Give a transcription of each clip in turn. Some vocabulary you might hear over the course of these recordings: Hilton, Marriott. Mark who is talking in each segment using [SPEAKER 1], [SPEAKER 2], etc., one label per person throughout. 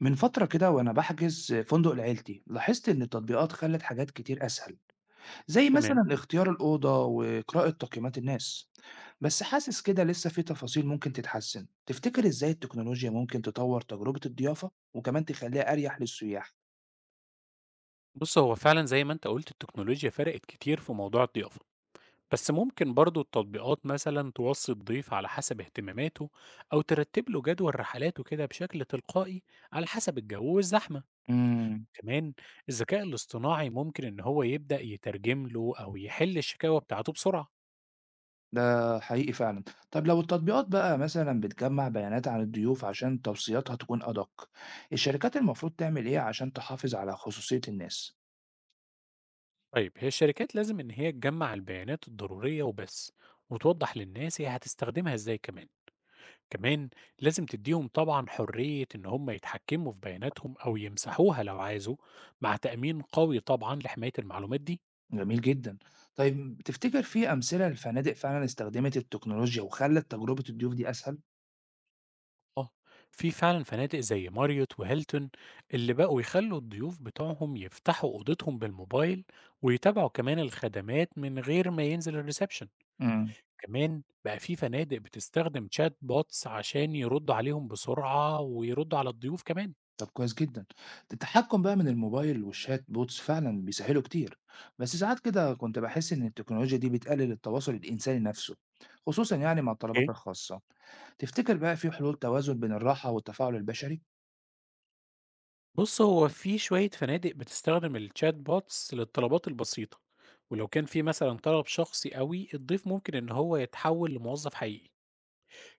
[SPEAKER 1] من فترة كده وأنا بحجز فندق لعيلتي لاحظت إن التطبيقات خلت حاجات كتير أسهل، زي
[SPEAKER 2] تمام.
[SPEAKER 1] مثلا اختيار الأوضة وقراءة تقييمات الناس. بس حاسس كده لسه في تفاصيل ممكن تتحسن. تفتكر إزاي التكنولوجيا ممكن تطور تجربة الضيافة وكمان تخليها أريح للسياح؟
[SPEAKER 2] بص، هو فعلا زي ما انت قلت التكنولوجيا فرقت كتير في موضوع الضيافة. بس ممكن برضو التطبيقات مثلا توصي الضيف على حسب اهتماماته، أو ترتب له جدول رحلاته كده بشكل تلقائي على حسب الجو والزحمة.
[SPEAKER 1] امم
[SPEAKER 2] كمان الذكاء الاصطناعي ممكن إن هو يبدأ يترجم له أو يحل الشكاوى بتاعته بسرعة.
[SPEAKER 1] ده حقيقي فعلا. طب لو التطبيقات بقى مثلا بتجمع بيانات عن الضيوف عشان توصياتها تكون أدق، الشركات المفروض تعمل إيه عشان تحافظ على خصوصية الناس؟
[SPEAKER 2] طيب، هي الشركات لازم إن هي تجمع البيانات الضرورية وبس، وتوضح للناس هي هتستخدمها إزاي. كمان كمان لازم تديهم طبعا حرية إن هم يتحكموا في بياناتهم أو يمسحوها لو عايزوا، مع تأمين قوي طبعا لحماية المعلومات دي.
[SPEAKER 1] جميل جدًا. طيب تفتكر في أمثلة لفنادق فعلًا استخدمت التكنولوجيا وخلّت تجربة الضيوف دي أسهل؟
[SPEAKER 2] آه، في فعلا فنادق زي ماريوت وهيلتون اللي بقوا يخلوا الضيوف بتوعهم يفتحوا أوضتهم بالموبايل، ويتابعوا كمان الخدمات من غير ما ينزل الريسبشن.
[SPEAKER 1] إمم.
[SPEAKER 2] كمان بقى في فنادق بتستخدم تشات بوتس عشان يردوا عليهم بسرعة ويردوا على الضيوف كمان.
[SPEAKER 1] طب كويس جدًا. التحكُّم بقى من الموبايل والchat bots فعلًا بيسهّلوا كتير، بس ساعات كده كنت باحس إن التكنولوجيا دي بتقلل التواصل الإنساني نَفْسه، خصوصًا يعني مع الطلبات
[SPEAKER 2] ايه.
[SPEAKER 1] الخاصة. تفتكر بقى في حلول توازن بين الراحة والتفاعل البشري؟
[SPEAKER 2] بُص، هو في شوية فنادق بتستخدم الchat bots للطلبات البسيطة، ولو كان في مثلًا طلب شخصي أوي، الضيف ممكن إن هو يتحول لموظف حقيقي.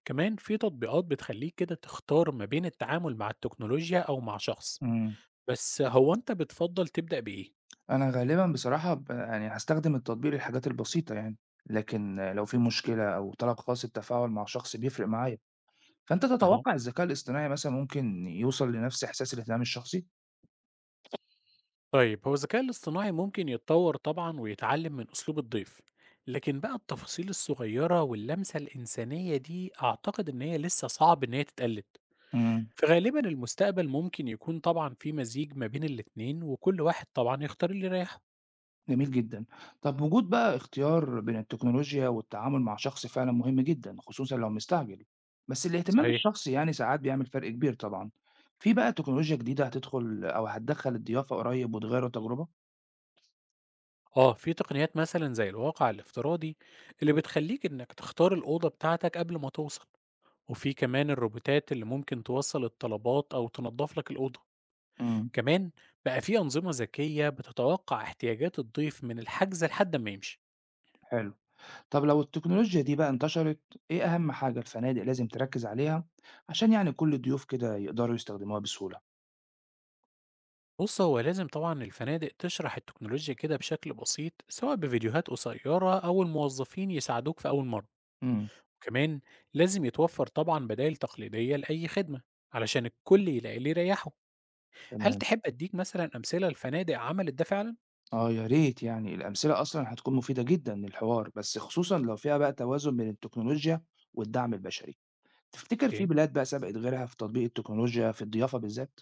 [SPEAKER 2] كمان في تطبيقات بتخليك كده تختار ما بين التعامل مع التكنولوجيا أو مع شخص.
[SPEAKER 1] إمم.
[SPEAKER 2] بس هو أنت بتفضّل تبدأ بإيه؟
[SPEAKER 1] أنا غالبًا بصراحة يعني هاستخدم التطبيق للحاجات البسيطة يعني، لكن لو في مشكلة أو طلب خاص التفاعل مع شخص بيفرق معايا. فأنت
[SPEAKER 2] أها،
[SPEAKER 1] تتوقع الذكاء الاصطناعي مثلًا ممكن يوصل لنفس إحساس الاهتمام الشخصي؟
[SPEAKER 2] طيب هو الذكاء الاصطناعي ممكن يتطور طبعًا ويتعلم من أسلوب الضيف، لكن بقى التفاصيل الصغيرة واللمسة الإنسانية دي أعتقد إن هي لسه صعب إن هي تتقلد.
[SPEAKER 1] إمم،
[SPEAKER 2] فغالبا المستقبل ممكن يكون طبعا في مزيج ما بين الاتنين، وكل واحد طبعا يختار اللي يريحه.
[SPEAKER 1] جميل جدًا. طب وجود بقى اختيار بين التكنولوجيا والتعامل مع شخص فعلًا مهم جدًا، خصوصًا لو مستعجل، بس الاهتمام
[SPEAKER 2] صحيح.
[SPEAKER 1] الشخصي يعني ساعات بيعمل فرق كبير طبعًا. في بقى تكنولوجيا جديدة هتدخل أو هتدخّل الضيافة قريب وتغيّر التجربة؟
[SPEAKER 2] اه، في تقنيات مثلا زي الواقع الافتراضي اللي بتخليك انك تختار الأوضة بتاعتك قبل ما توصل، وفي كمان الروبوتات اللي ممكن توصل الطلبات أو تنظف لك الأوضة.
[SPEAKER 1] إمم،
[SPEAKER 2] كمان بقى في أنظمة ذكية بتتوقع احتياجات الضيف من الحجز لحد ما يمشي.
[SPEAKER 1] حلو. طب لو التكنولوجيا دي بقى انتشرت، إيه أهم حاجة الفنادق لازم تركز عليها عشان يعني كل الضيوف كده يقدروا يستخدموها بسهولة؟
[SPEAKER 2] بص، هو لازم طبعا الفنادق تشرح التكنولوجيا كده بشكل بسيط، سواء بفيديوهات قصيرة أو الموظفين يساعدوك في أول مرة.
[SPEAKER 1] إمم،
[SPEAKER 2] وكمان لازم يتوفر طبعا بدائل تقليدية لأي خدمة علشان الكل يلاقي اللي يريحه. هل
[SPEAKER 1] تمام.
[SPEAKER 2] تحب أديك مثلا أمثلة لفنادق عملت ده فعلا؟
[SPEAKER 1] آه يا ريت، يعني الأمثلة أصلا هتكون مفيدة جدا للحوار، بس خصوصا لو فيها بقى توازن بين التكنولوجيا والدعم البشري. تفتكر في
[SPEAKER 2] إيه؟
[SPEAKER 1] بلاد بقى سبقت غيرها في تطبيق التكنولوجيا في الضيافة بالذات؟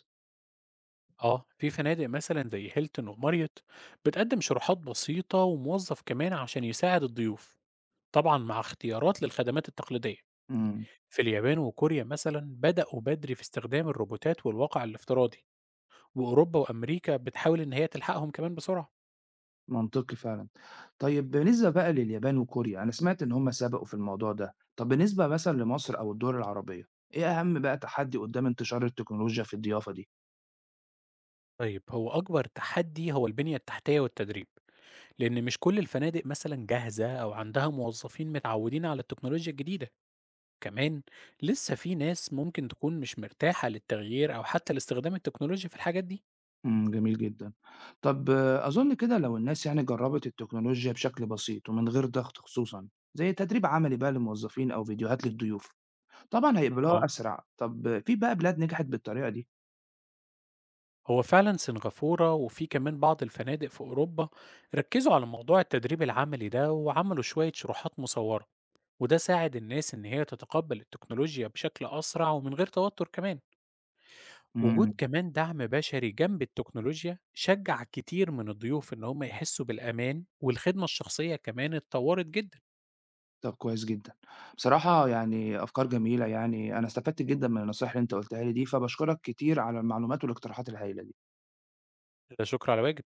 [SPEAKER 2] آه، في فنادق مثلا زي هيلتون وماريوت بتقدم شروحات بسيطة وموظف كمان عشان يساعد الضيوف، طبعا مع اختيارات للخدمات التقليدية.
[SPEAKER 1] امم
[SPEAKER 2] في اليابان وكوريا مثلا بدأوا بدري في استخدام الروبوتات والواقع الافتراضي، وأوروبا وأمريكا بتحاول إن هي تلحقهم كمان بسرعة.
[SPEAKER 1] منطقي فعلا. طيب بالنسبة بقى لليابان وكوريا، أنا سمعت إن هم سبقوا في الموضوع ده. طب بالنسبة مثلا لمصر أو الدول العربية، إيه أهم بقى تحدي قدام انتشار التكنولوجيا في الضيافة دي؟
[SPEAKER 2] طيب، هو أكبر تحدي هو البنية التحتية والتدريب، لأن مش كل الفنادق مثلا جاهزة أو عندها موظفين متعودين على التكنولوجيا الجديدة. كمان لسه في ناس ممكن تكون مش مرتاحة للتغيير أو حتى لاستخدام التكنولوجيا في الحاجات دي.
[SPEAKER 1] جميل جدًا. طب أظن كده لو الناس يعني جرّبت التكنولوجيا بشكل بسيط ومن غير ضغط خصوصًا، زي تدريب عملي بقى للموظفين أو فيديوهات للضيوف، طبعًا اهم.
[SPEAKER 2] اه،
[SPEAKER 1] هيقبلوها أسرع. طب في بقى بلاد نجحت بالطريقة دي؟
[SPEAKER 2] هو فعلا سنغافورة وفي كمان بعض الفنادق في أوروبا ركزوا على موضوع التدريب العملي ده، وعملوا شوية شروحات مصورة، وده ساعد الناس إن هي تتقبل التكنولوجيا بشكل أسرع ومن غير توتر. كمان وجود
[SPEAKER 1] إمم،
[SPEAKER 2] كمان دعم بشري جنب التكنولوجيا شجع كتير من الضيوف إن هم يحسوا بالأمان، والخدمة الشخصية كمان اتطورت جدا.
[SPEAKER 1] طب كويس جدًا. بصراحة يعني أفكار جميلة يعني، أنا استفدت جدًا من النصايح اللي أنت قُلتها لي دي، فباشكرك كتير على المعلومات والاقتراحات الهايلة دي.
[SPEAKER 2] لا شكر على واجب.